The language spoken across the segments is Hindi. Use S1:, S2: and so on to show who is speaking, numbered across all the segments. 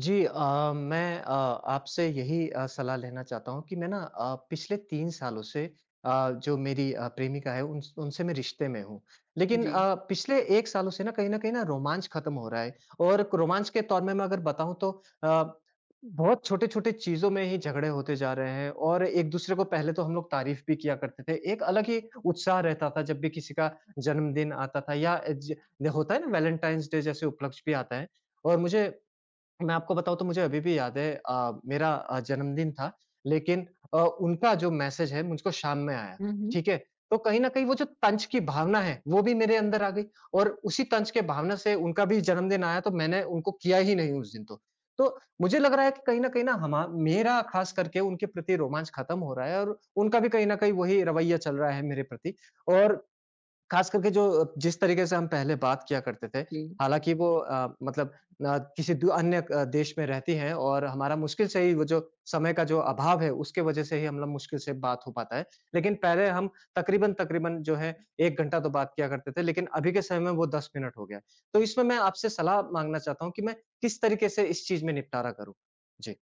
S1: जी मैं आपसे यही सलाह लेना चाहता हूँ कि मैं ना पिछले 3 सालों से जो मेरी प्रेमिका है उन उनसे मैं रिश्ते में हूँ। लेकिन
S2: जी।
S1: पिछले 1 सालों से ना कहीं न कहीं ना रोमांच खत्म हो रहा है और रोमांच के तौर में मैं अगर बताऊँ तो अ, बहुत छोटे-छोटे चीज़ों में ही झगड़े होते जा रहे हैं और एक-दूसरे को पहले तो हम लोग तारीफ भी किया करते थे। एक अलग ही उत्साह रहता था जब भी किसी का जन्मदिन आता था या ज होता है ना वैलेंटाइन्स डे जैसे उपलक्ष्य भी आता है और मुझे मैं आपको बताऊँ तो मुझे अभी भी याद है मेरा जन्मदिन था लेकिन उनका जो मैसेज है मुझको शाम में आया,
S2: हुँ, हुँ।
S1: ठीक है? तो कहीं न कहीं वो जो तंज की भावना है, वो भी मेरे अंदर आ गई और उसी तंज के भावना से उनका भी जन्मदिन आया तो मैंने उनको किया ही नहीं उस दिन तो। तो मुझे लग रहा है कि कहीं न कहीं ना हमा मेरा ख़ास करके उनके प्रति रोमांच ख़त्म हो रहा है और उनका भी कहीं न कहीं वही रवैया चल रहा है मेरे प्रति और खास करके जो जिस तरीके से हम पहले बात किया करते थे,
S2: जी,
S1: हालाँकि वो मतलब किसी दू अन्य देश में रहती हैं और हमारा मुश्किल से ही वो जो समय का जो अभाव है, उसके वजह से ही हम लोग मुश्किल से बात हो पाता है। लेकिन पहले हम तकरीबन-तकरीबन जो है 1 घंटा तो बात किया करते थे, लेकिन अभी के समय में वो 10 मिनट हो गया है। तो इसमें मैं आपसे सलाह माँगना चाहता हूँ कि मैं किस तरीके से इस चीज़ में निपटारा करूँ? जी।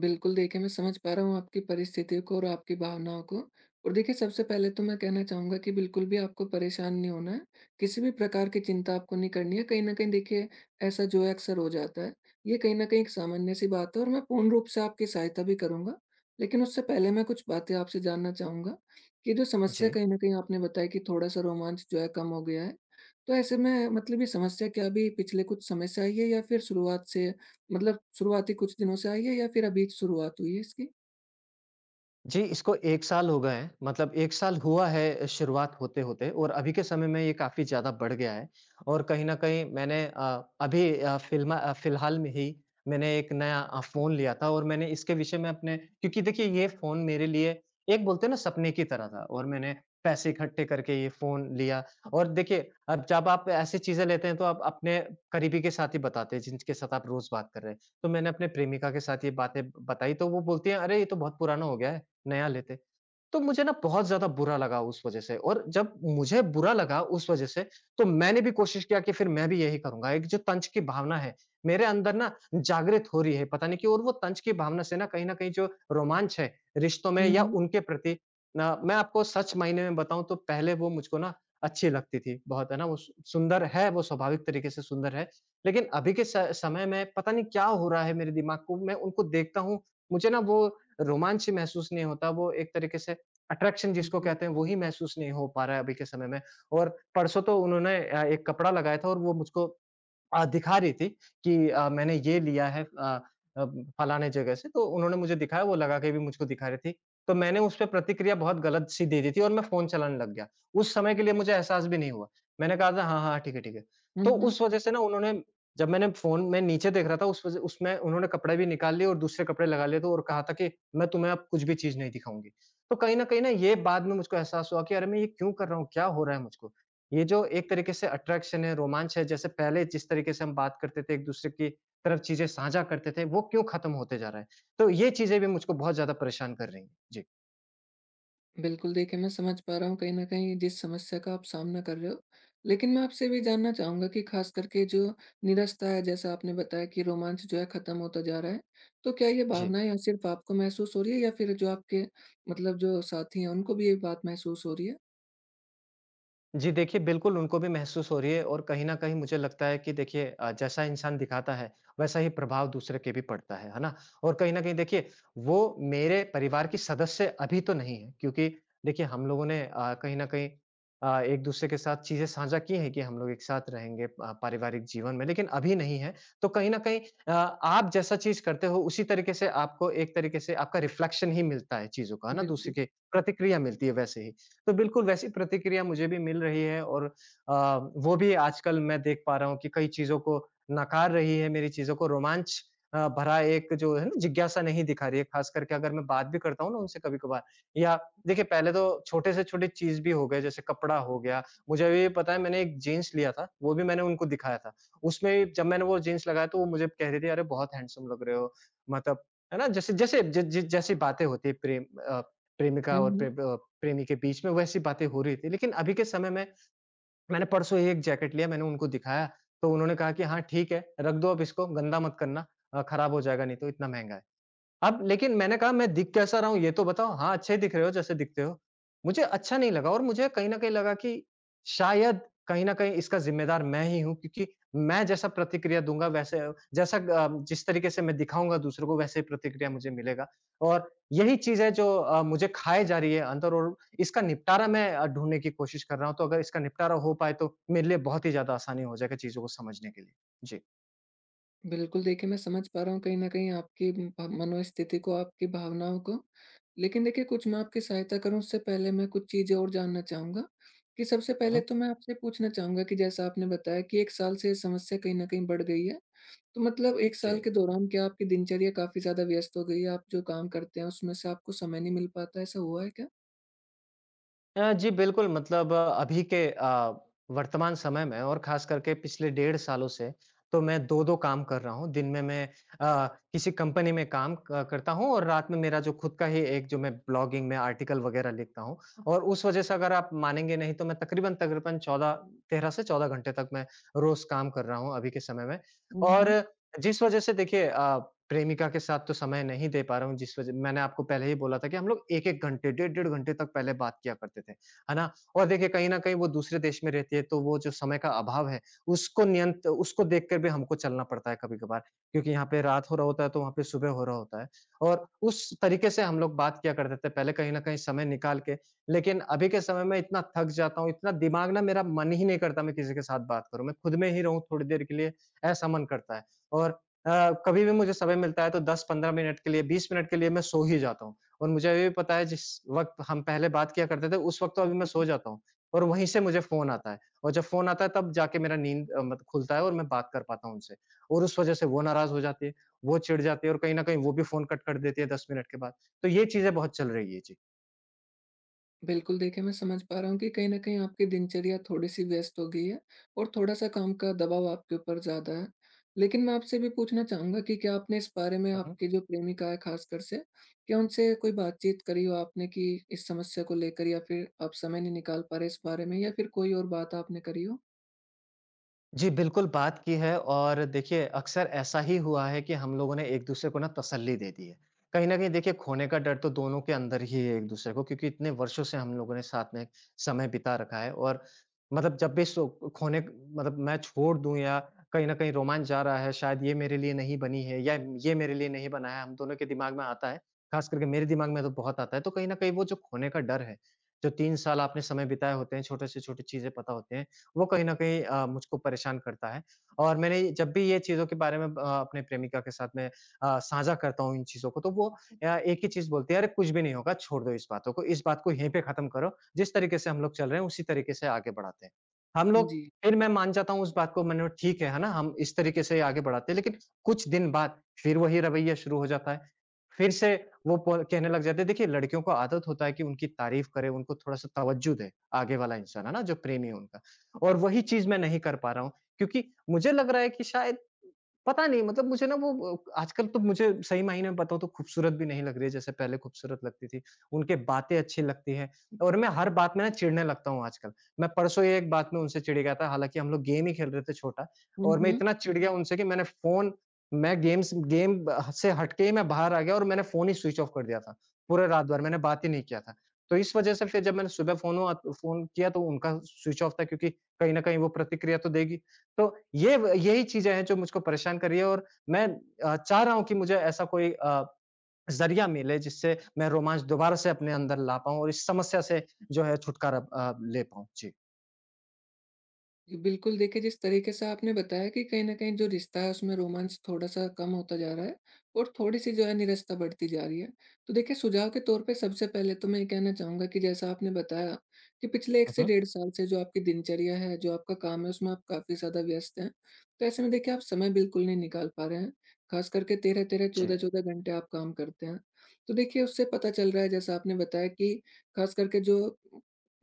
S2: बिल्कुल देखिए, मैं समझ पा रहा हूँ आपकी परिस्थितियों को और आपकी भावनाओं को। और देखिए, सबसे पहले तो मैं कहना चाहूँगा कि बिल्कुल भी आपको परेशान नहीं होना है, किसी भी प्रकार की चिंता आपको नहीं करनी है। कहीं न कहीं देखिए, ऐसा जो है अक्सर हो जाता है। ये कहीं न कहीं एक सामान्य-सी बात है और मैं पूर्ण रूप से आपकी सहायता भी करूँगा। लेकिन उससे पहले मैं कुछ बातें आपसे जानना चाहूँगा कि जो समस्या
S1: जी।
S2: कहीं न कहीं आपने बताई कि थोड़ा-सा रोमांच जो है कम हो गया है। तो ऐसे में मतलब ये समस्या क्या अभी पिछले कुछ समय से आई है, या फिर शुरुआत से मतलब शुरुआती कुछ दिनों से आई है, या फिर अभी शुरुआत हुई है इसकी?
S1: जी, इसको 1 साल हो गए हैं, मतलब 1 साल हुआ है शुरुआत होते-होते और अभी के समय में ये काफ़ी ज़्यादा बढ़ गया है और कहीं न कहीं मैंने अभी फ़िलहाल में ही मैंने एक नया फ़ोन लिया था और मैंने इसके विषय में अपने क्योंकि देखिए ये फ़ोन मेरे लिए एक बोलते हैं ना सपने की तरह था और मैंने पैसे इकट्ठे करके ये फ़ोन लिया और देखिए, अब जब आप ऐसी चीज़ें लेते हैं तो आप अपने करीबी के साथ ही बताते हैं, जिनके साथ आप रोज़ बात कर रहे हैं। तो मैंने अपने प्रेमिका के साथ ये बातें बताई तो वो बोलती है, "अरे! ये तो बहुत पुराना हो गया है, नया लेते। तो मुझे ना बहुत ज़्यादा बुरा लगा उस वज़ह से और जब मुझे बुरा लगा उस वज़ह से, तो मैंने भी कोशिश किया कि फिर मैं भी यही करूँगा। एक जो तंज की भावना है, मेरे अंदर ना जागृत हो रही है पता नहीं क्यों और वो तंज की भावना से ना कहीं न कहीं जो रोमांच है रिश्तों में
S2: हुँ,
S1: या
S2: हुँ।
S1: उनके प्रति ना मैं आपको सच मायने में बताऊँ तो पहले वो मुझको ना अच्छी लगती थी बहुत, है ना? वो सु सुंदर है, वो स्वाभाविक तरीके से सुंदर है। लेकिन अभी के स समय में पता नहीं क्या हो रहा है मेरे दिमाग को, मैं उनको देखता हूँ, मुझे ना वो रोमांच महसूस नहीं होता, वो एक तरीके से अट्रैक्शन जिसको
S2: जी।
S1: कहते हैं, वो ही महसूस नहीं हो पा रहा है अभी के समय में। और परसों तो उन्होंने एक कपड़ा लगाया था और वो मुझको दिखा रही थी कि मैंने ये लिया है अ, फलाने जगह से, तो उन्होंने मुझे दिखाया, वो लगा के भी मुझको दिखा रही थी। तो मैंने उस पे प्रतिक्रिया बहुत गलत सी दे दी थी और मैं फ़ोन चलाने लग गया। उस समय के लिए मुझे एहसास भी नहीं हुआ। मैंने कहा था, "हाँ, हाँ, ठीक है, ठीक है।"
S2: हुँ,
S1: तो
S2: हुँ।
S1: उस वज़ह से ना उन्होंने जब मैंने फ़ोन मैं नीचे देख रहा था, उस वज़ह उसमें उन्होंने कपड़े भी निकाल लिए और दूसरे कपड़े लगा लिए थे और कहा था कि, "मैं तुम्हें अब कुछ भी चीज़ नहीं दिखाऊँगी।" तो कहीं न कहीं ना ये बाद में मुझको एहसास हुआ कि अरे! मैं ये क्यों कर रहा हूँ? क्या हो रहा है मुझको? ये जो एक तरीके से अट्रैक्शन है, रोमांच है, जैसे पहले जिस तरीके से हम बात करते थे, एक-दूसरे की तरफ चीज़ें साझा करते थे, वो क्यों खत्म होते जा रहा है? तो ये चीज़ें भी मुझको बहुत ज़्यादा परेशान कर रही हैं। जी।
S2: बिल्कुल, देखिए मैं समझ पा रहा हूँ कहीं न कहीं जिस समस्या का आप सामना कर रहे हो। लेकिन मैं आपसे भी जानना चाहूँगा कि ख़ास करके जो निराशा है, जैसा आपने बताया कि रोमांच जो है ख़त्म होता जा रहा है। तो क्या ये
S1: जी।
S2: भावनाएँ यहाँ सिर्फ़ आपको महसूस हो रही है, या फिर जो आपके मतलब जो साथी हैं उनको भी ये बात महसूस हो रही है?
S1: जी देखिए, बिल्कुल उनको भी महसूस हो रही है और कहीं न कहीं मुझे लगता है कि देखिए जैसा इंसान दिखाता है, वैसा ही प्रभाव दूसरे पे भी पड़ता है ना? और कहीं न कहीं देखिए, वो मेरे परिवार की सदस्य अभी तो नहीं है क्योंकि देखिए हम लोगों ने कहीं न कहीं एक-दूसरे के साथ चीज़ें साझा की हैं कि हम लोग एक साथ रहेंगे पारिवारिक जीवन में, लेकिन अभी नहीं है। तो कहीं न कहीं अ, आप जैसा चीज़ करते हो उसी तरीके से आपको एक तरीके से आपका रिफ्लेक्शन ही मिलता है चीज़ों का, है ना? दूसरे
S2: बिल्कुल।
S1: की प्रतिक्रिया मिलती है वैसे ही। तो बिल्कुल वैसी प्रतिक्रिया मुझे भी मिल रही है और अ, वो भी आजकल मैं देख पा रहा हूँ कि कई चीज़ों को नकार रही है, मेरी चीज़ों को रोमांच भरा एक जो है ना जिज्ञासा नहीं दिखा रही है, ख़ास करके अगर मैं बात भी करता हूँ ना उनसे कभी-कभार या देखिए पहले तो छोटे से छोटी चीज़ भी हो गए जैसे कपड़ा हो गया, मुझे अभी पता है मैंने एक जीन्स लिया था, वो भी मैंने उनको दिखाया था। उसमें जब मैंने वो जीन्स लगाया तो वो मुझे कह रही थी, "अरे! बहुत हैंडसम लग रहे हो।" मतलब है ना? जैसे जैसे ज ज जैसी बातें होती है प्रेमिका और
S2: हम्म।
S1: प्रेमी के बीच में वैसी बातें हो रही थी। लेकिन अभी के समय में मैंने परसों ही एक जैकेट लिया, मैंने उनको दिखाया, तो उन्होंने कहा कि, "हाँ, ठीक है, रख दो अब इसको, गंदा मत करना खराब हो जाएगा नहीं तो, इतना महँगा है।" अब लेकिन मैंने कहा मैं दिख कैसा रहा हूँ ये तो बताओ? हाँ, अच्छे दिख रहे हो जैसे दिखते हो। मुझे अच्छा नहीं लगा और मुझे कहीं न कहीं लगा कि शायद कहीं न कहीं इसका ज़िम्मेदार मैं ही हूँ क्योंकि मैं जैसा प्रतिक्रिया दूँगा वैसे जैसा जिस तरीके से मैं दिखाऊँगा दूसरों को वैसे ही प्रतिक्रिया मुझे मिलेगा। और यही चीज़ है जो मुझे खाए जा रही है अंदर और इसका निपटारा मैं ढूँढने की कोशिश कर रहा हूँ। तो अगर इसका निपटारा हो पाए तो मेरे लिए बहुत ही ज़्यादा आसानी हो जाएगा चीज़ों को समझने के लिए। जी।
S2: बिल्कुल, देखिए मैं समझ पा रहा हूँ कहीं न कहीं आपकी भ मनोस्थिति को, आपकी भावनाओं को। लेकिन देखिए, कुछ मैं आपकी सहायता करूँ उससे पहले मैं कुछ चीज़ें और जानना चाहूँगा, कि सबसे
S1: हुँ,
S2: पहले
S1: हुँ।
S2: तो मैं आपसे पूछना चाहूँगा कि जैसा आपने बताया कि 1 साल से ये समस्या कहीं न कहीं बढ़ गई है। तो मतलब 1
S1: जी।
S2: साल के दौरान क्या आपकी दिनचर्या काफ़ी ज़्यादा व्यस्त हो गई है? आप जो काम करते हैं उसमें से आपको समय नहीं मिल पाता, ऐसा हुआ है क्या?
S1: जी बिल्कुल, मतलब अभी के वर्तमान समय में और ख़ास करके पिछले डेढ़ सालों से तो मैं 2-2 काम कर रहा हूँ। दिन में मैं अ, किसी कंपनी में काम क करता हूँ और रात में मेरा जो खुद का ही एक जो मैं ब्लॉगिंग में आर्टिकल वग़ैरह लिखता हूँ और उस वज़ह से अगर आप मानेंगे नहीं तो मैं तकरीबन-तकरीबन 14 13 से 14 घंटे तक मैं रोज़ काम कर रहा हूँ अभी के समय में।
S2: हुँ,
S1: और
S2: हुँ।
S1: जिस वजह से देखिए प्रेमिका के साथ तो समय नहीं दे पा रहा हूँ जिस वजह मैंने आपको पहले ही बोला था कि हम लोग 1-1 घंटे, डेढ़-डेढ़ घंटे तक पहले बात किया करते थे। है ना? और देखिए कहीं न कहीं वो दूसरे देश में रहती है तो वो जो समय का अभाव है उसको नियंत उसको देखकर भी हमको चलना पड़ता है कभी-कभार क्योंकि यहाँ पे रात हो रहा होता है तो वहाँ पे सुबह हो रहा होता है। और उस तरीके से हम लोग बात किया करते थे पहले कहीं न कहीं समय निकाल के। लेकिन अभी के समय में इतना थक जाता हूँ, इतना दिमाग ना मेरा मन ही नहीं करता मैं किसी के साथ बात करूँ। मैं खुद में ही रहूँ थोड़ी देर के लिए ऐसा मन करता है। और कभी भी मुझे समय मिलता है तो 10-15 मिनट के लिए, 20 मिनट के लिए मैं सो ही जाता हूँ। और मुझे ये भी पता है जिस वक़्त हम पहले बात किया करते थे उस वक़्त तो अभी मैं
S2: जी।
S1: सो जाता हूँ और वहीं से मुझे फ़ोन आता है और जब फ़ोन आता है तब जाके मेरा नींद मत खुलता है और मैं बात कर पाता हूँ उनसे। और उस वज़ह से वो नाराज़ हो जाती है, वो चिढ़ जाती है और कहीं न कहीं वो भी फ़ोन कट कर देती है 10 मिनट के बाद। तो ये चीज़ें बहुत चल रही है।
S2: बिल्कुल, देखिए मैं समझ पा रहा हूँ कि कहीं न कहीं आपकी दिनचर्या थोड़ी-सी व्यस्त हो गई है और थोड़ा-सा काम का दबाव आपके ऊपर ज़्यादा है। लेकिन मैं आपसे भी पूछना चाहूँगा कि क्या आपने इस बारे में
S1: जी।
S2: आपकी जो प्रेमिका है ख़ासकर से, क्या उनसे कोई बातचीत करी हो आपने कि इस समस्या को लेकर, या फिर आप समय नहीं निकाल पा रहे इस बारे में, या फिर कोई और बात आपने करी हो?
S1: जी, बिल्कुल बात की है और देखिए अक्सर ऐसा ही हुआ है कि हम लोगों ने एक-दूसरे को ना तसल्ली दे दी है। कहीं न कहीं देखिए खोने का डर तो दोनों के अंदर ही है एक-दूसरे को क्योंकि इतने वर्षों से हम लोगों ने साथ में समय बिता रखा है और मतलब जब भी खोने मतलब मैं छोड़ दूँ या कहीं न कहीं रोमांच जा रहा है शायद ये मेरे लिए नहीं बनी है या ये मेरे लिए नहीं बना है, हम दोनों के दिमाग में आता है। ख़ास करके मेरे दिमाग में तो बहुत आता है, तो कहीं न कहीं वो जो खोने का डर है, जो 3 साल आपने समय बिताए होते हैं, छोटे से छोटी चीज़ें पता होती हैं वो कहीं न कहीं मुझको परेशान करता है। और मैंने जब भी ये चीज़ों के बारे में अपने प्रेमिका के साथ में साझा करता हूँ इन चीज़ों को, तो वो एक ही चीज़ बोलती है, "अरे! कुछ भी नहीं होगा, छोड़ दो इस बातों को, इस बात को यहीं पे खत्म करो। जिस तरीके से हम लोग चल रहे हैं, उसी तरीके से आगे बढ़ाते हैं।" हम लोग
S2: जी।
S1: फिर मैं मान जाता हूँ उस बात को मैंने ठीक है ना? हम इस तरीके से ही आगे बढ़ाते हैं, लेकिन कुछ दिन बाद फिर वही रवैया शुरू हो जाता है। फिर से वो प कहने लग जाते हैं। देखिए, लड़कियों को आदत होता है कि उनकी तारीफ करे, उनको थोड़ा-सा तवज्जो दे आगे वाला इंसान, है ना? जो प्रेमी है उनका। और वही चीज़ मैं नहीं कर पा रहा हूँ। क्योंकि मुझे लग रहा है कि शायद पता नहीं मतलब मुझे ना वो आजकल तो मुझे सही मायने में बताऊँ तो खूबसूरत भी नहीं लग रही है जैसे पहले खूबसूरत लगती थी। उनकी बातें अच्छी लगती हैं और मैं हर बात में ना चिढ़ने लगता हूँ आजकल। मैं परसों ही एक बात में उनसे चिढ़ गया था हालाँकि हम लोग गेम ही खेल रहे थे छोटा
S2: हुँ,
S1: और मैं
S2: हुँ।
S1: इतना चिढ़ गया उनसे कि मैंने फ़ोन मैं गेम्स गेम ब से हट के ही मैं बाहर आ गया और मैंने फ़ोन ही स्विच ऑफ कर दिया था। पूरे रात भर मैंने बात ही नहीं किया था। तो इस वज़ह से फिर जब मैंने सुबह फ़ोन किया तो उनका स्विच ऑफ था क्योंकि कहीं न कहीं वो प्रतिक्रिया तो देगी। तो ये व यही चीज़ें हैं जो मुझको परेशान कर रही है और मैं चाह रहा हूँ कि मुझे ऐसा कोई ज़रिया मिले जिससे मैं रोमांच दोबारा से अपने अंदर ला पाऊँ और इस समस्या से जो है छुटकारा ले पाऊँ। जी।
S2: जी, बिल्कुल देखिए, जिस तरीके से आपने बताया कि कहीं न कहीं जो रिश्ता है उसमें रोमांस थोड़ा-सा कम होता जा रहा है और थोड़ी-सी जो है निरस्ता बढ़ती जा रही है। तो देखिए, सुझाव के तौर पे सबसे पहले तो मैं ये कहना चाहूँगा कि जैसा आपने बताया कि पिछले 1
S1: हुँ,
S2: से
S1: हुँ।
S2: डेढ़ साल से जो आपकी दिनचर्या है, जो आपका काम है उसमें आप काफ़ी ज़्यादा व्यस्त हैं। तो ऐसे में देखिए, आप समय बिल्कुल नहीं निकाल पा रहे हैं, ख़ास करके 13-13,
S1: जी,
S2: 14-14 घंटे आप काम करते हैं। तो देखिए उससे पता चल रहा है, जैसा आपने बताया कि ख़ास करके जो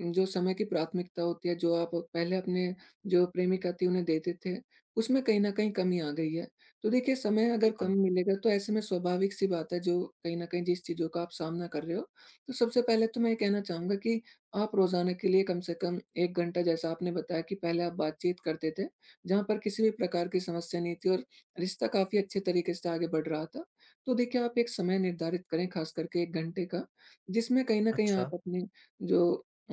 S2: जो समय की प्राथमिकता होती है, जो आप पहले अपने जो प्रेमिका थी उन्हें देते थे, उसमें कहीं न कहीं कमी आ गई है। तो देखिए, समय अगर कम
S1: बिल्कुल।
S2: मिलेगा तो ऐसे में स्वाभाविक सी बात है जो कहीं न कहीं जिस चीज़ों का आप सामना कर रहे हो, तो सबसे पहले तो मैं ये कहना चाहूँगा कि आप रोज़ाना के लिए कम से कम 1 घंटा, जैसा आपने बताया कि पहले आप बातचीत करते थे, जहाँ पर किसी भी प्रकार की समस्या नहीं थी और रिश्ता काफ़ी अच्छे तरीके से आगे बढ़ रहा था। तो देखिए, आप एक समय निर्धारित करें, ख़ास करके 1 घंटे का, जिसमें कहीं न कहीं
S1: अच्छा।
S2: आप अपने जो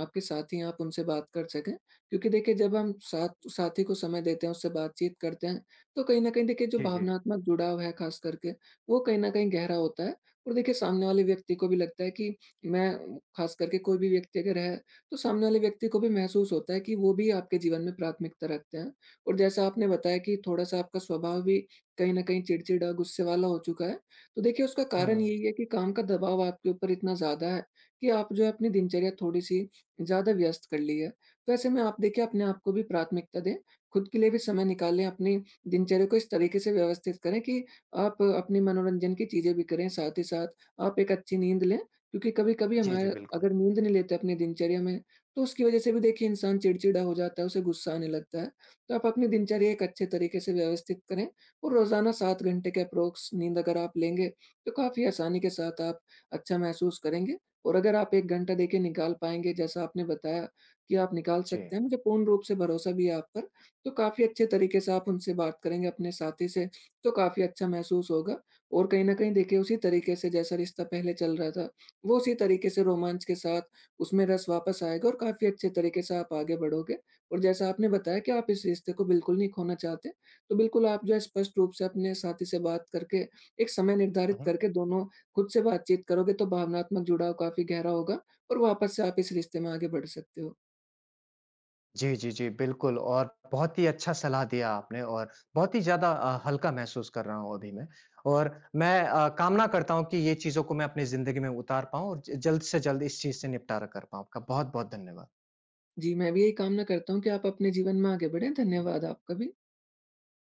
S2: आपके साथी हैं आप उनसे बात कर सकें, क्योंकि देखिए, जब हम साथी को समय देते हैं, उससे बातचीत करते हैं, तो कहीं न कहीं देखिए, जो
S1: जी, जी।
S2: भावनात्मक जुड़ाव है ख़ास करके, वो कहीं न कहीं गहरा होता है। और देखिए, सामने वाले व्यक्ति को भी लगता है कि मैं ख़ास करके कोई भी व्यक्ति अगर है, तो सामने वाले व्यक्ति को भी महसूस होता है कि वो भी आपके जीवन में प्राथमिकता रखते हैं। और जैसा आपने बताया कि थोड़ा-सा आपका स्वभाव भी कहीं न कहीं चिड़चिड़ा, गुस्से वाला हो चुका है, तो देखिए उसका कारण
S1: हुँ,
S2: यही है कि काम का दबाव आपके ऊपर इतना ज़्यादा है कि आप जो है अपनी दिनचर्या थोड़ी-सी ज़्यादा व्यस्त कर ली है। तो ऐसे में आप देखिए, अपने आप को भी प्राथमिकता दें, खुद के लिए भी समय निकालें, अपनी दिनचर्या को इस तरीके से व्यवस्थित करें कि आप अपने मनोरंजन की चीज़ें भी करें, साथ ही साथ आप एक अच्छी नींद लें, क्योंकि कभी-कभी
S1: जी, जी,
S2: हमारे
S1: बिल्कुल।
S2: अगर नींद नहीं लेते अपनी दिनचर्या में, तो उसकी वज़ह से भी देखिए इंसान चिड़चिड़ा हो जाता है, उसे गुस्सा आने लगता है। तो आप अपनी दिनचर्या एक अच्छे तरीके से व्यवस्थित करें और रोज़ाना 7 घंटे के अप्रोक्स नींद अगर आप लेंगे, तो काफ़ी आसानी के साथ आप अच्छा महसूस करेंगे। और अगर आप 1 घंटा देखिए निकाल पाएँगे, जैसा आपने बताया कि आप निकाल
S1: जी।
S2: सकते हैं, मुझे पूर्ण रूप से भरोसा भी है आप पर। तो काफ़ी अच्छे तरीके से आप उनसे बात करेंगे अपने साथी से, तो काफ़ी अच्छा महसूस होगा। और कहीं न कहीं देखिए, उसी तरीके से जैसा रिश्ता पहले चल रहा था, वो उसी तरीके से रोमांच के साथ उसमें रस वापस आएगा और काफ़ी अच्छे तरीके से आप आगे बढ़ोगे। और जैसा आपने बताया कि आप इस रिश्ते को बिल्कुल नहीं खोना चाहते, तो बिल्कुल आप जो है स्पष्ट रूप से अपने साथी से बात करके, एक समय
S1: हुँ,
S2: निर्धारित
S1: हुँ।
S2: करके दोनों खुद से बातचीत करोगे, तो भावनात्मक जुड़ाव काफ़ी गहरा होगा और वापस से आप इस रिश्ते में आगे बढ़ सकते हो।
S1: जी, जी, जी, बिल्कुल और बहुत ही अच्छा सलाह दिया आपने और बहुत ही ज़्यादा हल्का महसूस कर रहा हूँ अभी मैं और मैं कामना करता हूँ कि ये चीज़ों को मैं अपनी ज़िंदगी में उतार पाऊँ और ज जल्द से जल्द इस चीज़ से निपटारा कर पाऊँ। आपका बहुत-बहुत धन्यवाद।
S2: जी, मैं भी यही कामना करता हूँ कि आप अपने जीवन में आगे बढ़ें। धन्यवाद आपका भी।